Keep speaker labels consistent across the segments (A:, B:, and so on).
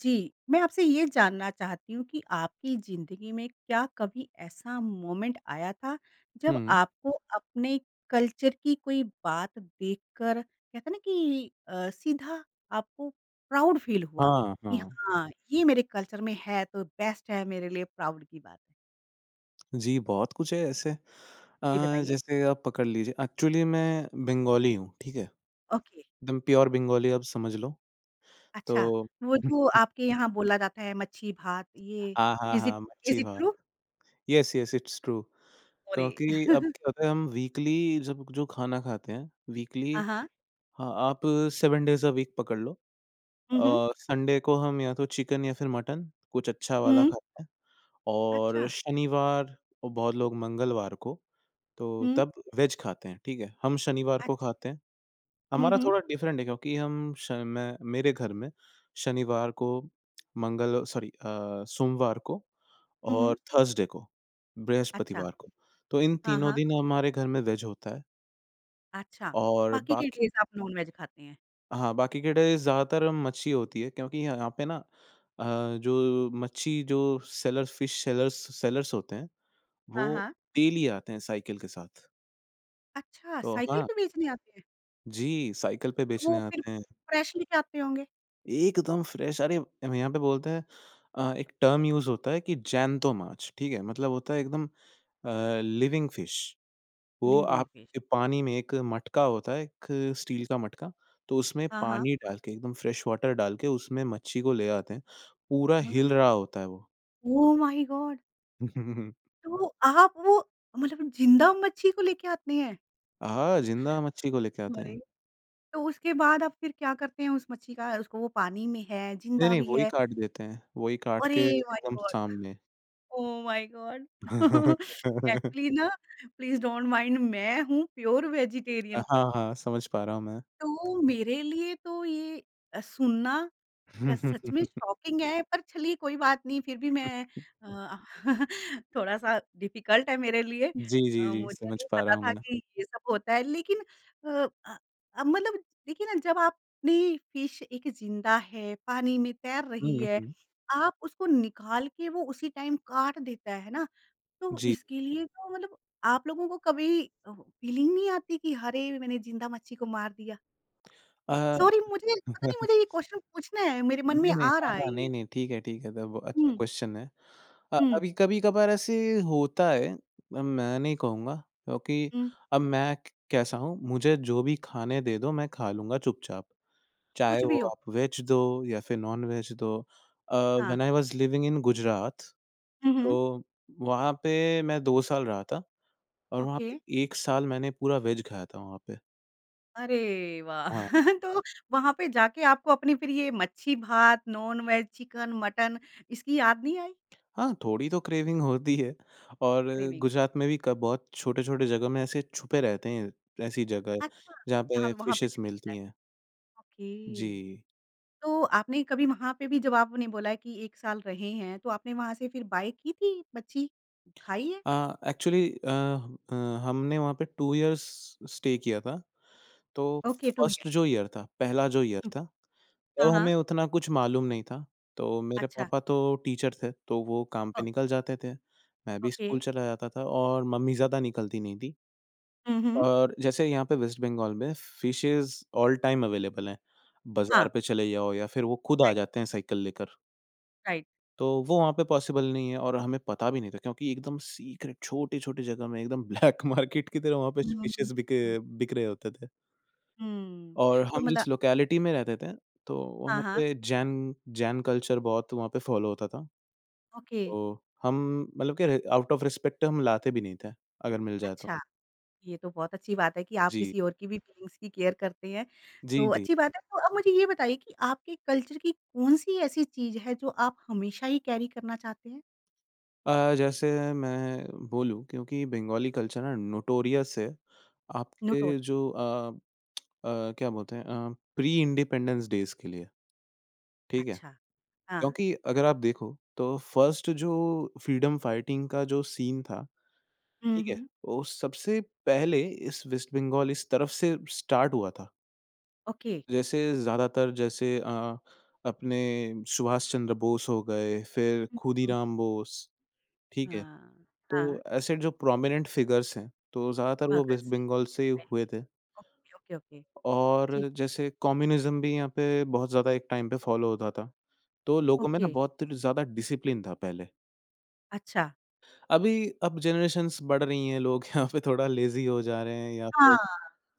A: जी, मैं आपसे ये जानना चाहती हूँ कि आपकी ज़िंदगी में क्या कभी ऐसा मोमेंट आया था, जब
B: हुँ।
A: आपको अपने कल्चर की कोई बात देखकर कहते हैं ना कि सीधा आपको प्राउड फील हुआ
B: हाँ,
A: कि
B: हाँ।
A: हाँ, ये मेरे कल्चर में है तो बेस्ट है मेरे लिए प्राउड की बात है?
B: जी, बहुत कुछ है ऐसे
A: जी बताइए?
B: जैसे आप पकड़ लीजिए एक्चुअली मैं बंगाली हूँ, ठीक है?
A: ओके,
B: एकदम प्योर बंगाली आप समझ लो। तो
A: अच्छा, वो जो आपके यहाँ बोला जाता है मच्छी भात ये
B: हाँ, हाँ,
A: इज़ इट
B: हाँ, मच्छी
A: इज़ इट
B: भात।
A: True?
B: Yes, yes, it's true.
A: Sorry.
B: क्योंकि अब क्या होता है हम वीकली जब जो खाना खाते हैं, वीकली
A: हाँ, हाँ।
B: हाँ, आप 7 डेज़ अ वीक पकड़ लो।
A: हुँ, हुँ।
B: संडे को हम या तो चिकन या फिर मटन, कुछ अच्छा वाला
A: हुँ,
B: खाते हैं और
A: अच्छा।
B: शनिवार और बहुत लोग मंगलवार को तो
A: हुँ,
B: तब वेज खाते हैं, ठीक है? हम शनिवार को
A: अच्छ
B: खाते हैं।
A: हुँ,
B: हमारा
A: हुँ।
B: थोड़ा डिफरेंट है क्योंकि हम श मैं मेरे घर में शनिवार को, मंगल सॉरी, सोमवार को
A: हुँ,
B: और
A: हुँ।
B: थर्सडे को,
A: अच्छा।
B: बृहस्पतिवार को। तो इन
A: हाँ,
B: तीनों
A: हाँ।
B: दिन हमारे घर में वेज होता है
A: अच्छा,
B: और
A: बाकी के
B: बाकी
A: डेज़ आप नॉन-वेज खाते हैं।
B: हाँ, बाकी के डेज़ ज़्यादातर मच्छी होती है क्योंकि यहाँ पे ना जो मच्छी जो सेलर्स फिश सेलर्स सेलर्स होते हैं,
A: हाँ,
B: वो
A: हाँ।
B: डेली आते हैं साइकिल के साथ।
A: अच्छा,
B: तो
A: साइकिल
B: हाँ
A: पे बेचने आते हैं?
B: जी, साइकिल पे
A: तो
B: बेचने
A: वो फिर
B: आते हैं।
A: फ्रेश लेके आते होंगे?
B: एकदम फ्रेश अरे! हम यहाँ पे बोलते हैं एक टर्म यूज़ होता है कि जैंतो माछ, ठीक है? मतलब होता है एकदम लिविंग फिश। वो
A: लिविंग फिश।
B: आपके पानी में एक मटका होता है, एक स्टील का मटका, तो उसमें
A: हाँ, हाँ।
B: पानी डाल के एकदम फ्रेश वाटर डाल के उसमें मच्छी को ले आते हैं। पूरा
A: हाँ।
B: हिल रहा होता है वो।
A: Oh my god! तो आप वो मतलब ज़िंदा मच्छी को लेके आते हैं?
B: हाँ, ज़िंदा मच्छी को लेके आते
A: अरे!
B: हैं।
A: तो उसके बाद आप फिर क्या करते हैं उस मच्छी का उसको वो पानी में है,
B: नहीं,
A: ज़िंदा
B: नहीं,
A: भी
B: वही
A: है।
B: काट देते हैं, वही काट
A: अरे
B: के
A: माय
B: एकदम
A: गॉड!
B: सामने।
A: Oh my god! एक्चुअली ना प्लीज़ डोंट माइंड मैं हूँ प्योर वेजिटेरियन।
B: हाँ, हाँ, समझ पा रहा हूँ मैं।
A: तो मेरे लिए तो ये सुनना क सच में शॉकिंग है, पर चलिए कोई बात नहीं फिर भी मैं अ, थोड़ा-सा डिफ़िकल्ट है मेरे लिए।
B: जी, जी, जी,
A: मुझे
B: समझ
A: नहीं
B: पा रहा
A: पता
B: हूँ
A: था
B: मैं।
A: कि ये सब होता है लेकिन अ अ मतलब देखिए ना जब आपने फिश एक ज़िंदा है, पानी में तैर रही
B: हुँ,
A: है,
B: हुँ,
A: आप उसको निकाल के वो उसी टाइम काट देता है ना, तो
B: जी।
A: इसके लिए तो मतलब आप लोगों को कभी फीलिंग नहीं आती कि अरे! मैंने ज़िंदा मच्छी को मार दिया?
B: अ,
A: सॉरी मुझे पता नहीं मुझे ये क्वेश्चन पूछना है, मेरे मन में
B: नहीं, नहीं,
A: आ
B: हाँ,
A: रहा है
B: हाँ, नहीं,
A: ये।
B: नहीं, ठीक है, तब अच्छा
A: हुँ,
B: क्वेश्चन है।
A: हुँ,
B: अभी कभी-कभार ऐसे होता है, मैं नहीं कहूँगा क्योंकि
A: हुँ।
B: अब मैं क कैसा हूँ, मुझे जो भी खाने दे दो, मैं खा लूँगा चुपचाप, चाहे
A: कुछ
B: वो
A: भी हो।
B: आप वेज दो या फिर नॉन-वेज दो।
A: हाँ।
B: When I was living in Gujarat,
A: हुँ, हुँ।
B: तो वहाँ पे मैं 2 साल रहा था और वहाँ
A: ओके।
B: पे 1 साल मैंने पूरा वेज खाया था वहाँ पे।
A: अरे वाह!
B: हाँ।
A: तो वहाँ पे जाके आपको अपनी फिर ये मच्छी भात, नॉन-वेज, चिकन, मटन इसकी याद नहीं आई?
B: हाँ, थोड़ी तो क्रेविंग होती है और
A: क्रेविंग।
B: गुजरात में भी क बहुत छोटे-छोटे जगह में ऐसे छुपे रहते हैं, ऐसी जगह है
A: अच्छा,
B: जहाँ
A: यहाँ
B: पे
A: पे वहाँ पे
B: फिशेज़
A: भी मिलता
B: मिलती
A: है।
B: हैं।
A: ओके।
B: जी।
A: तो आपने कभी वहाँ पे भी जब आपने बोला कि 1 साल रहे हैं, तो आपने वहाँ से फिर बाय की थी मच्छी? खाई है?
B: अ, एक्चुअली, हमने वहाँ पे 2 इयर्स स्टे किया था, तो
A: ओके, 2 ईयर।
B: फर्स्ट जो ईयर था, पहला जो ईयर
A: हुँ।
B: था,
A: हाँ,
B: तब
A: हाँ।
B: हमें उतना कुछ मालूम नहीं था। तो मेरे
A: अच्छा।
B: पापा तो टीचर थे, तो वो काम
A: ओ
B: पे निकल जाते थे, मैं भी
A: ओके।
B: स्कूल चला जाता था और मम्मी ज़्यादा निकलती नहीं थी।
A: हुँ, हुँ।
B: और जैसे यहाँ पे वेस्ट बंगाल में फिशेज़ ऑल टाइम अवेलेबल हैं। बाज़ार
A: हाँ,
B: पे चले जाओ या फिर वो खुद आ
A: राइट,
B: जाते हैं साइकिल लेकर।
A: राइट।
B: तो वो वहाँ पे पॉसिबल नहीं है और हमें पता भी नहीं था क्योंकि एकदम सीक्रेट छोटी-छोटी जगह में एकदम ब्लैक मार्केट की तरह वहाँ पे
A: हुँ, हुँ,
B: फिशेज़ बिक
A: हुँ,
B: बिक रहे होते थे।
A: हुँ।
B: और
A: तो
B: हम जिस
A: मतलब
B: लोकेलिटी में रहते थे तो
A: हाँ,
B: वहाँ
A: हाँ,
B: पे जैन जैन कल्चर बहुत वहाँ पे फ़ॉलो होता था।
A: ओके,
B: तो हम मतलब कि आउट ऑफ रिस्पेक्ट हम लाते भी नहीं थे, अगर मिल जाए तो।
A: अच्छा, ये तो बहुत अच्छी बात है कि आप
B: जी।
A: किसी और की भी फीलिंग्स की केयर करते हैं,
B: जी,
A: तो
B: जी।
A: अच्छी बात है। तो अब मुझे ये बताइए कि आपके कल्चर की कौन-सी ऐसी चीज़ है जो आप हमेशा ही कैरी करना चाहते हैं?
B: जैसे मैं बोलूँ क्योंकि बंगाली कल्चर ना नोटोरियस है, आपके
A: नोटोरी
B: जो क्या बोलते हैं प्री इंडिपेंडेंस डेज़ के लिए, ठीक है?
A: अच्छा, हाँ,
B: क्योंकि अगर आप देखो तो फर्स्ट जो फ्रीडम फाइटिंग का जो सीन था,
A: हुँ,
B: ठीक है?
A: हुँ,
B: वो सबसे पहले इस वेस्ट बंगाल इस तरफ से स्टार्ट हुआ था।
A: ओके।
B: जैसे ज़्यादातर जैसे अपने सुभाष चंद्र बोस हो गए, फिर
A: हुँ, हुँ,
B: खुदीराम बोस, ठीक है?
A: हाँ,
B: तो
A: हाँ,
B: ऐसे जो प्रोमिनेंट फिगर्स हैं, तो ज़्यादातर वो
A: भगत
B: वेस्ट
A: सिंह
B: बंगाल से ही हुए
A: पहले
B: थे
A: ओके, ओके, ओके,
B: और
A: ठीक,
B: जैसे कम्युनिज़्म भी यहाँ पे बहुत ज़्यादा एक टाइम पे फ़ॉलो होता था। तो लोगों में ना
A: ओके,
B: बहुत ज़्यादा डिसिप्लिन था पहले।
A: अच्छा।
B: अभी अब जनरेशंस बढ़ रही हैं, लोग यहाँ पे थोड़ा लेज़ी हो जा रहे हैं या
A: हाँ,
B: फिर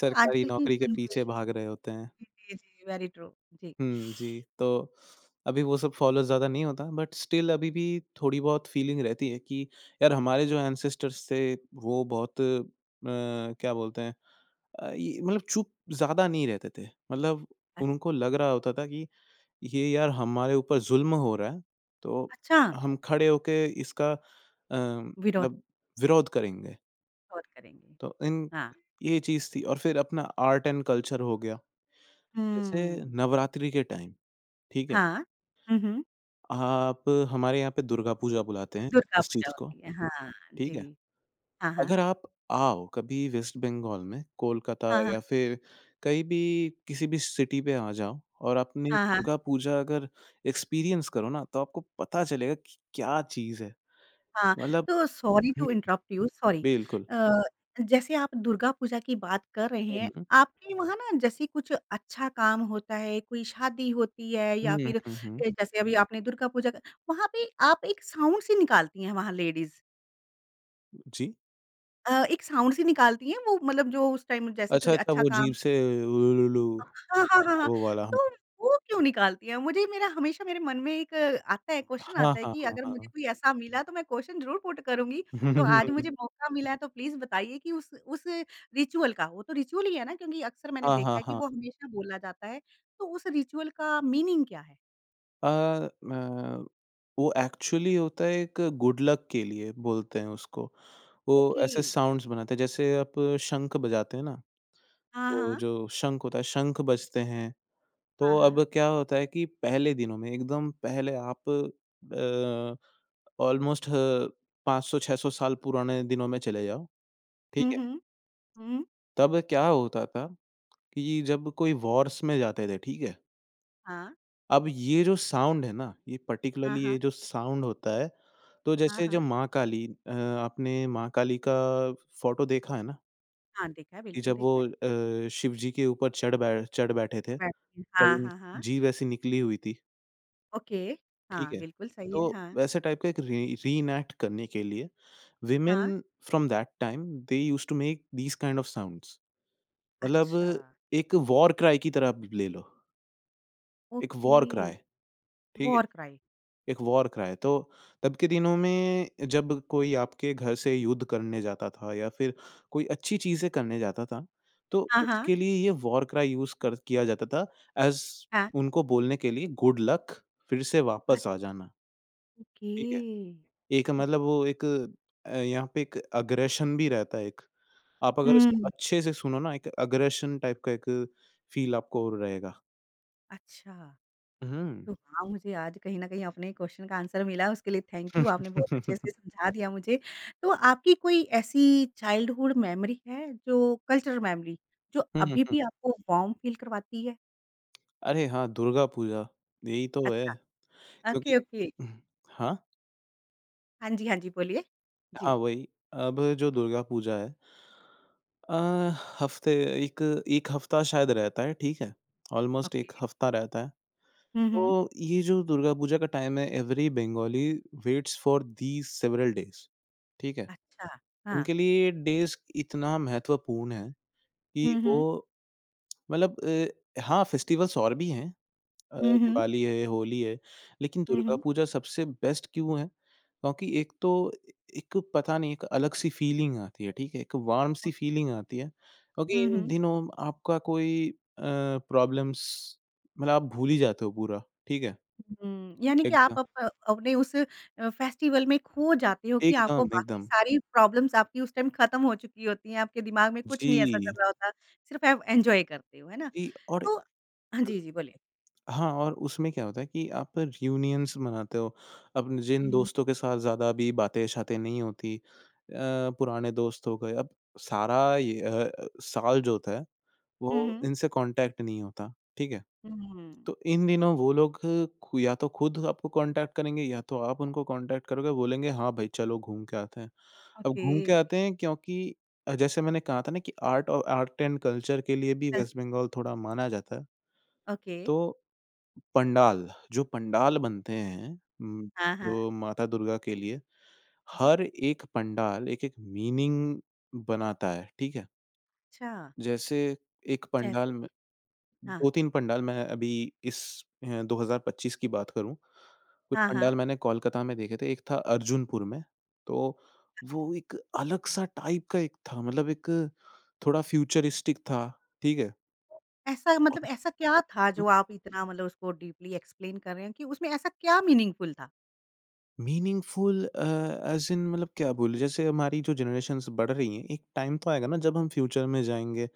B: सरकारी
A: आजकल की
B: नौकरी के पीछे
A: जनरेशन
B: भाग रहे होते हैं।
A: जी, जी, वेरी ट्रू, जी।
B: हुँ, जी। तो अभी वो सब फ़ॉलो ज़्यादा नहीं होता बट स्टिल अभी भी थोड़ी बहुत फीलिंग रहती है कि यार हमारे जो एंसेस्टर्स थे वो बहुत क्या बोलते हैं ये मतलब चुप ज़्यादा नहीं रहते थे। मतलब
A: अ,
B: उनको लग रहा होता था कि ये यार हमारे ऊपर ज़ुल्म हो रहा है, तो
A: अच्छा,
B: हम खड़े होके इसका
A: विरोध
B: मतलब विरोध करेंगे।
A: और करेंगे,
B: तो इन
A: हाँ।
B: ये चीज़ थी और फिर अपना आर्ट एंड कल्चर हो गया। जैसे
A: हुँ,
B: नवरात्रि के टाइम, ठीक है?
A: हाँ। हुँ, हुँ,
B: आप हमारे यहाँ पे दुर्गा पूजा बुलाते हैं
A: दुर्गा
B: इस
A: पूजा
B: चीज़ को,
A: होती है, हाँ,
B: ठीक
A: जी।
B: है?
A: हाँ, हाँ।
B: अगर आप आओ कभी वेस्ट बंगाल में, कोलकाता
A: हाँ, हाँ।
B: या फिर कहीं भी किसी भी सिटी पे आ जाओ और आपने
A: हाँ, हाँ,
B: दुर्गा पूजा अगर एक्सपीरियंस करो ना, तो आपको पता चलेगा कि क्या चीज़ है।
A: हाँ।
B: मतलब
A: तो सॉरी
B: हुँ,
A: टू इंटरप्ट यू, सॉरी
B: बिल्कुल।
A: अ, जैसे आप दुर्गा पूजा की बात कर रहे हैं,
B: हुँ,
A: आपके वहाँ ना जैसे कुछ अच्छा काम होता है, कोई शादी होती है या
B: हुँ,
A: फिर
B: हुँ, हुँ।
A: जैसे अभी आपने दुर्गा पूजा का वहाँ पे आप एक साउंड सी निकालती हैं वहाँ लेडीज़।
B: जी।
A: एक साउंड सी निकालती हैं वो मतलब जो उस टाइम जैसे
B: अच्छा,
A: कुछ
B: अच्छा
A: अच्छा
B: वो
A: काम
B: जीभ से उलुलुलु
A: हाँ, हाँ, हाँ, हाँ।
B: वो वाला।
A: तो वो क्यों निकालती हैं? मुझे मेरा हमेशा मेरे मन में एक आता है क्वेश्चन
B: हाँ,
A: आता है
B: हाँ,
A: कि
B: हाँ,
A: अगर
B: हाँ।
A: मुझे कोई ऐसा मिला तो मैं क्वेश्चन ज़रूर पुट करूँगी।
B: हाँ, हाँ,
A: तो आज
B: हाँ।
A: मुझे मौका मिला है तो प्लीज़ बताइए कि उस रिचुअल का वो तो रिचुअल ही है ना क्योंकि अक्सर मैंने देखा है कि वो हमेशा बोला जाता है। तो उस रिचुअल का मीनिंग क्या है?
B: अ, म वो एक्चुअली होता है एक गुड लक के लिए बोलते हैं उसको। वो
A: ओके।
B: ऐसे साउंड्स बनाते हैं, जैसे आप शंख बजाते हैं ना,
A: हाँ,
B: वो
A: हाँ।
B: जो शंख होता है, शंख बजते हैं। तो
A: हाँ,
B: अब
A: हाँ।
B: क्या होता है कि पहले दिनों में एकदम पहले आप ऑलमोस्ट 500-600 साल पुराने दिनों में चले जाओ, ठीक
A: हुँ,
B: है?
A: हुँ। हुँ।
B: तब क्या होता था कि जब कोई वॉर्स में जाते थे, ठीक है?
A: हाँ।
B: अब ये जो साउंड है ना, ये
A: हाँ,
B: पार्टिकुलरली ये
A: हाँ।
B: जो साउंड होता है, तो
A: हाँ,
B: जैसे जो
A: हाँ।
B: माँ काली आपने माँ काली का फ़ोटो देखा है ना?
A: हाँ, देखा है,
B: कि
A: बिल्कुल
B: जब वो
A: देखा है।
B: शिव जी के ऊपर चढ़ बैठे थे,
A: बैठती हैं।
B: तब
A: हाँ,
B: उन
A: हाँ, हाँ।
B: जीभ ऐसी निकली हुई थी,
A: ओके,
B: ठीक
A: हाँ,
B: है?
A: बिल्कुल सही है।
B: तो
A: हाँ,
B: वैसे टाइप का एक री रीएनैक्ट करने के लिए वुमेन
A: हाँ।
B: From that time they used to make these kind of sounds मतलब
A: अच्छा,
B: एक वॉर क्राई की तरह आप ले लो, एक
A: ओके,
B: वॉर क्राई, ठीक है?
A: War cry.
B: एक वॉर क्राई। तो तब के दिनों में जब कोई आपके घर से युद्ध करने जाता था या फिर कोई अच्छी चीज़ें करने जाता था, तो
A: हाँ, हाँ,
B: उसके लिए ये वॉर क्राई यूज़ कर किया जाता था एज़
A: हाँ।
B: उनको बोलने के लिए गुड लक फिर से
A: अ,
B: वापस आ जाना,
A: ओके,
B: ठीक है? एक मतलब
A: ओके।
B: वो एक यहाँ पे एक अग्रेशन भी रहता है एक। आप अगर इसको
A: हुँ।
B: अच्छे से सुनो ना एक अग्रेशन टाइप का एक फ़ील आपको और रहेगा।
A: अच्छा।
B: हुँ।
A: तो हाँ, मुझे आज कहीं न कहीं अपने क्वेश्चन का आंसर मिला, उसके लिए थैंक यू, आपने
B: हुँ,
A: बहुत
B: हुँ,
A: अच्छे
B: हुँ।
A: से समझा दिया मुझे। तो आपकी कोई ऐसी चाइल्डहुड मेमोरी है जो कल्चरल मेमोरी, जो अभी भी आपको वार्म फील करवाती है?
B: अरे हाँ, दुर्गा पूजा, यही तो है।
A: अच्छा, ओके,
B: क्योंकि
A: ओके।
B: हम्म, हाँ,
A: हाँ जी, हाँ जी, बोलिए।
B: हाँ,
A: जी,
B: वही। अब जो दुर्गा पूजा है अ, हफ़्ते एक 1 हफ़्ता शायद रहता है, ठीक है? Almost
A: okay.
B: 1 हफ़्ता रहता है।
A: हुँ, हुँ।
B: तो ये जो दुर्गा पूजा का टाइम है every Bengali waits for these several days, ठीक है?
A: अच्छा। हाँ।
B: उनके लिए ये डेज़ इतना महत्वपूर्ण है कि
A: हुँ,
B: वो
A: हुँ।
B: मतलब हाँ, फेस्टिवल्स और भी हैं
A: हुँ, हुँ।
B: दिवाली है, होली है, लेकिन
A: हुँ,
B: दुर्गा
A: हुँ।
B: पूजा सबसे बेस्ट क्यों है? क्योंकि एक तो एक पता नहीं एक अलग सी फीलिंग आती है, ठीक है? एक वार्म सी फीलिंग आती है, क्योंकि
A: हुँ,
B: इन
A: हुँ।
B: दिनों आपका कोई अ, प्रॉब्लम्स मतलब आप भूल ही जाते हो पूरा, ठीक है?
A: हुँ, यानी कि
B: एकदम,
A: आप अप अपने उस फेस्टिवल में खो जाते हो कि
B: एकदम,
A: आपको बाकी
B: एकदम।
A: सारी प्रॉब्लम्स आपकी उस टाइम खत्म हो चुकी होती हैं, आपके दिमाग में कुछ नहीं ऐसा
B: जी,
A: चल रहा होता, सिर्फ़ आप एन्जॉय करते हो, है ना?
B: जी और
A: तो हाँ जी, जी, बोलिए।
B: हाँ, और उसमें क्या होता है कि आप रियूनियंस मनाते हो, अपने जिन
A: हुँ,
B: दोस्तों के साथ ज़्यादा अभी बातें-शातें नहीं होती पुराने दोस्त हो गए, अब सारा ये साल जो होता है,
A: हुँ,
B: वो
A: हुँ।
B: इनसे कॉन्टैक्ट नहीं होता, ठीक है?
A: हुँ,
B: तो इन दिनों वो लोग खु या तो खुद आपको कॉन्टैक्ट करेंगे या तो आप उनको कॉन्टैक्ट करोगे, बोलेंगे हाँ भाई चलो घूम के आते हैं। अब
A: ओके,
B: घूम के आते हैं क्योंकि जैसे मैंने कहा था ना कि आर्ट एंड कल्चर के लिए भी
A: कल
B: वेस्ट बंगाल थोड़ा माना जाता है।
A: ओके,
B: तो पंडाल, जो पंडाल बनते हैं उम,
A: हाँ, हाँ,
B: जो माता दुर्गा के लिए,
A: जी,
B: हर एक पंडाल एक-एक मीनिंग बनाता है, ठीक है?
A: अच्छा,
B: जैसे एक
A: जैसे
B: पंडाल में
A: कि? हाँ,
B: 2-3 पंडाल मैं अभी इस 2025 की बात करूँ, कुछ
A: हाँ,
B: पंडाल
A: हाँ।
B: मैंने कोलकाता में देखे थे, एक था अर्जुनपुर में, तो वो एक अलग-सा टाइप का एक था, मतलब एक थोड़ा फ्यूचरिस्टिक था, ठीक है?
A: ऐसा
B: और
A: मतलब ऐसा क्या था
B: हुँ,
A: जो आप इतना मतलब उसको डीपली एक्सप्लेन कर रहे हैं कि उसमें ऐसा क्या मीनिंगफुल था?
B: मीनिंगफुल ऐज़ इन मतलब क्या बोलूँ, जैसे हमारी जो जनरेशन्स बढ़ रही हैं, एक टाइम तो आएगा ना जब हम फ्यूचर में जाएँगे,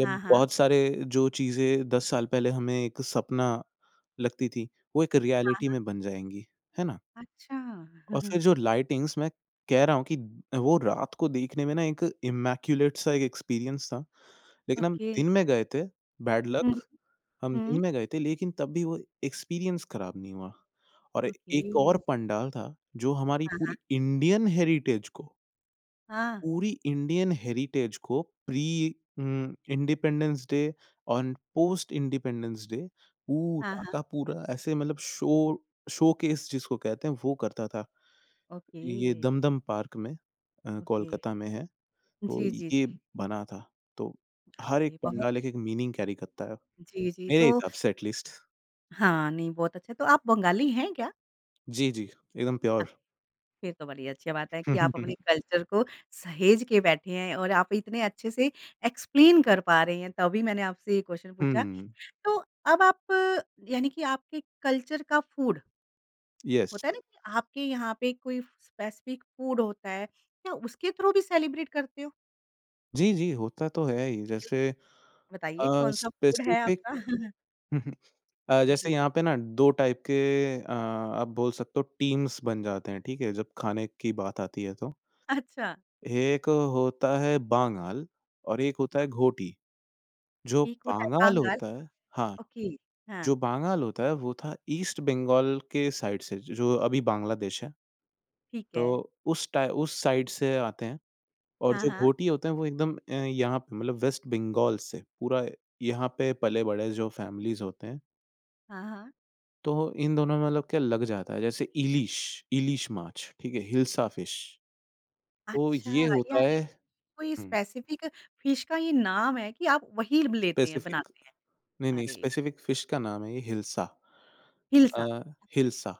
A: हाँ, हाँ।
B: बहुत सारे जो चीज़ें 10 साल पहले हमें एक सपना लगती थी, वो एक रियलिटी में बन जाएँगी, है ना?
A: अच्छा!
B: और फिर जो लाइटिंग्स मैं कह रहा हूँ कि वो रात को देखने में ना एक इमैक्युलेट सा एक एक्सपीरियंस था। लेकिन हम
A: ओके।
B: दिन में गए थे, बैड
A: हुँ,
B: लक हम दिन
A: हुँ।
B: में गए थे लेकिन तब भी वो एक्सपीरियंस खराब नहीं हुआ। और
A: ओके।
B: एक और पंडाल था जो हमारी
A: हाँ, हाँ। हाँ,
B: पूरी इंडियन हेरिटेज को pre Independence Day and post Independence Day
A: हाँ,
B: पूरा
A: हाँ।
B: का पूरा ऐसे मतलब शो शोकेस जिसको कहते हैं वो करता था।
A: ओके,
B: ये दमदम पार्क में
A: ओके।
B: कोलकाता में है, तो हुँ।
A: जी, जी,
B: ये
A: जी।
B: बना था। तो हर एक
A: ओके, बहुत
B: पंडाल एक-एक मीनिंग कैरी करता है,
A: जी, जी।
B: मेरे
A: तो
B: हिसाब से एट लीस्ट।
A: हाँ, नहीं बहुत अच्छा, तो आप बंगाली हैं क्या?
B: जी, जी, एकदम
A: हाँ,
B: प्योर।
A: फिर तो बड़ी अच्छी बात है कि आप अपने कल्चर को सहेज के बैठे हैं और आप इतने अच्छे से एक्सप्लेन कर पा रहे हैं, तभी मैंने आपसे ये क्वेश्चन पूछा।
B: हुँ,
A: तो अब आप यानी कि आपके कल्चर का फूड
B: यस।
A: होता है ना कि आपके यहाँ पे कोई स्पेसिफिक फूड होता है, क्या उसके थ्रू भी सेलिब्रेट करते हो?
B: जी, जी, होता तो है ही
A: ओके,
B: जैसे
A: बताइए?
B: अ,
A: कौन-सा फूड है
B: स्पेसिफिक
A: आपका?
B: जैसे
A: जी।
B: यहाँ पे ना 2 टाइप के आप बोल सकते हो टीम्स बन जाते हैं, ठीक है? जब खाने की बात आती है तो।
A: अच्छा,
B: एक होता है बांगाल और एक होता
A: ब
B: है घोटी। जो
A: एक होता है
B: बांगाल
A: बांगाल,
B: होता
A: एक
B: है हाँ।
A: ओके, हाँ,
B: जो बांग्ल होता है वो था ईस्ट बंगाल के साइड से, जो अभी बांग्लादेश है।
A: ठीक
B: तो
A: है।
B: उस साइड से आते हैं और
A: हाँ,
B: जो
A: हाँ।
B: घोटी होते हैं वो एकदम यहाँ पे मतलब वेस्ट बंगाल से पूरा यहाँ पे पले-बड़े जो फैमिलीज़ होते हैं,
A: हाँ, हाँ।
B: तो इन दोनों में मतलब क्या लग जाता है। जैसे इलिश इलिश माछ, ठीक है? हिल्सा फिश, तो ये
A: अच्छा,
B: होता
A: यानी
B: है
A: कोई
B: हुँ,
A: स्पेसिफिक फिश का ये नाम है कि आप वही लेते हैं,
B: स्पेसिफिक
A: बनाते हैं।
B: नहीं, नहीं
A: अरे!
B: स्पेसिफिक फिश का नाम है ये हिल्सा। अ,
A: हिल्सा, ओके,
B: हिल्सा,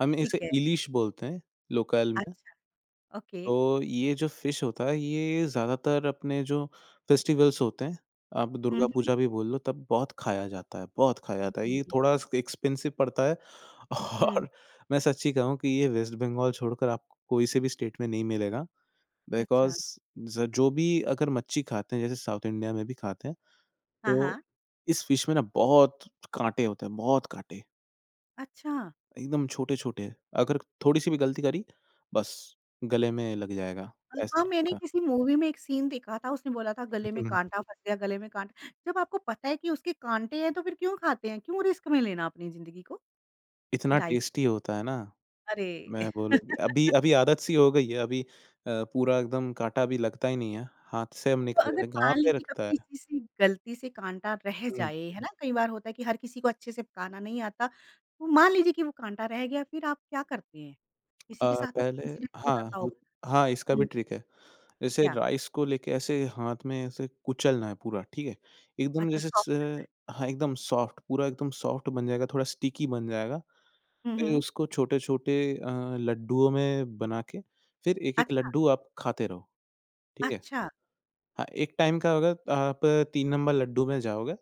B: हम
A: ठीक
B: इसे
A: है।
B: इलिश बोलते हैं लोकल में।
A: अच्छा, ओके।
B: तो ये जो फिश होता है, ये ज़्यादातर अपने जो फेस्टिवल्स होते हैं, आप
A: हुँ,
B: दुर्गा
A: हुँ,
B: पूजा भी बोल लो, तब बहुत खाया जाता है, बहुत खाया जाता है। ये
A: हुँ,
B: थोड़ा स एक्सपेंसिव पड़ता है
A: हुँ।
B: और मैं सच्ची कहूँ कि ये वेस्ट बंगाल छोड़कर आपको कोई से भी स्टेट में नहीं मिलेगा।
A: अच्छा,
B: बिकॉज़ ज जो भी अगर मच्छी खाते हैं, जैसे साउथ इंडिया में भी खाते हैं,
A: हाँ,
B: तो
A: हाँ।
B: इस फिश में ना बहुत काँटे होते हैं, बहुत काँटे,
A: अच्छा।
B: एकदम छोटे-छोटे। अगर थोड़ी-सी भी गलती करी, बस गले में लग जाएगा, ऐसे
A: हाँ, मैंने
B: टाइप
A: किसी मूवी में एक सीन देखा था, उसने बोला था गले में
B: का।
A: काँटा फँस गया, गले में काँटा जब आपको पता है कि उसके काँटे हैं तो फिर क्यों खाते हैं? क्यों रिस्क में लेना अपनी ज़िंदगी को,
B: इतना
A: लाइफ को?
B: टेस्टी होता है ना,
A: अरे!
B: मैं बोलूँ अभी अभी आदत सी हो गई है, अभी पूरा एकदम काँटा भी लगता ही नहीं है, हाथ से हम
A: तो अगर
B: निकालते हैं, घाव
A: मान
B: पे
A: लीजिए
B: रखता है।
A: कभी किसी से गलती से काँटा रह
B: हुँ।
A: जाए, है ना? कई बार होता है कि हर किसी को अच्छे से पकाना नहीं आता, तो मान लीजिए कि वो काँटा रह गया, फिर आप क्या करते हैं? किसी के साथ तो कोई
B: पहले
A: इंसिडेंट हो
B: हाँ,
A: जाता
B: वो
A: होगा
B: हाँ, इसका भी
A: हुँ,
B: ट्रिक है। जैसे
A: क्या?
B: राइस को लेके ऐसे हाथ में ऐसे कुचलना है पूरा, ठीक है? एकदम
A: अच्छा
B: जैसे
A: सॉफ्ट
B: स हाँ, एकदम सॉफ्ट, पूरा एकदम सॉफ्ट बन जाएगा, थोड़ा स्टिकी बन जाएगा।
A: करना हुँ,
B: फिर
A: हुँ।
B: उसको छोटे-छोटे लड्डुओं में बना के, फिर एक-एक
A: अच्छा,
B: लड्डू आप खाते रहो, ठीक है?
A: अच्छा।
B: हाँ, एक टाइम का होगा आप 3 नंबर लड्डू में जाओगे,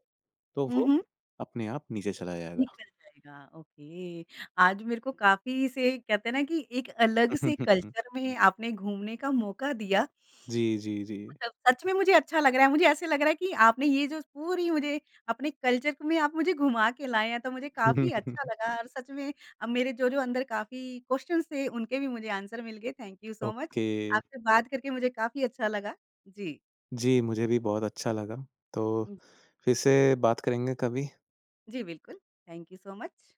B: तो
A: हुँ,
B: वो
A: हुँ।
B: अपने आप नीचे चला जाएगा।
A: निकल जाएगा, ओके। आज मेरे को काफ़ी से कहते हैं ना कि एक अलग से कल्चर में आपने घूमने का मौका दिया।
B: जी, जी, जी।
A: मतलब सच में मुझे अच्छा लग रहा है, मुझे ऐसे लग रहा है कि आपने ये जो पूरी मुझे अपने कल्चर में आप मुझे घुमा के लाए हैं, तो मुझे काफ़ी अच्छा लगा और सच में अब मेरे जो-जो अंदर काफ़ी क्वेश्चन्स थे, उनके भी मुझे आंसर मिल गए। Thank you so much.
B: Okay.
A: आपसे बात करके मुझे काफ़ी अच्छा लगा। जी।
B: जी, मुझे भी बहुत अच्छा लगा। तो फिर से बात करेंगे कभी।
A: जी, बिल्कुल। Thank you so much.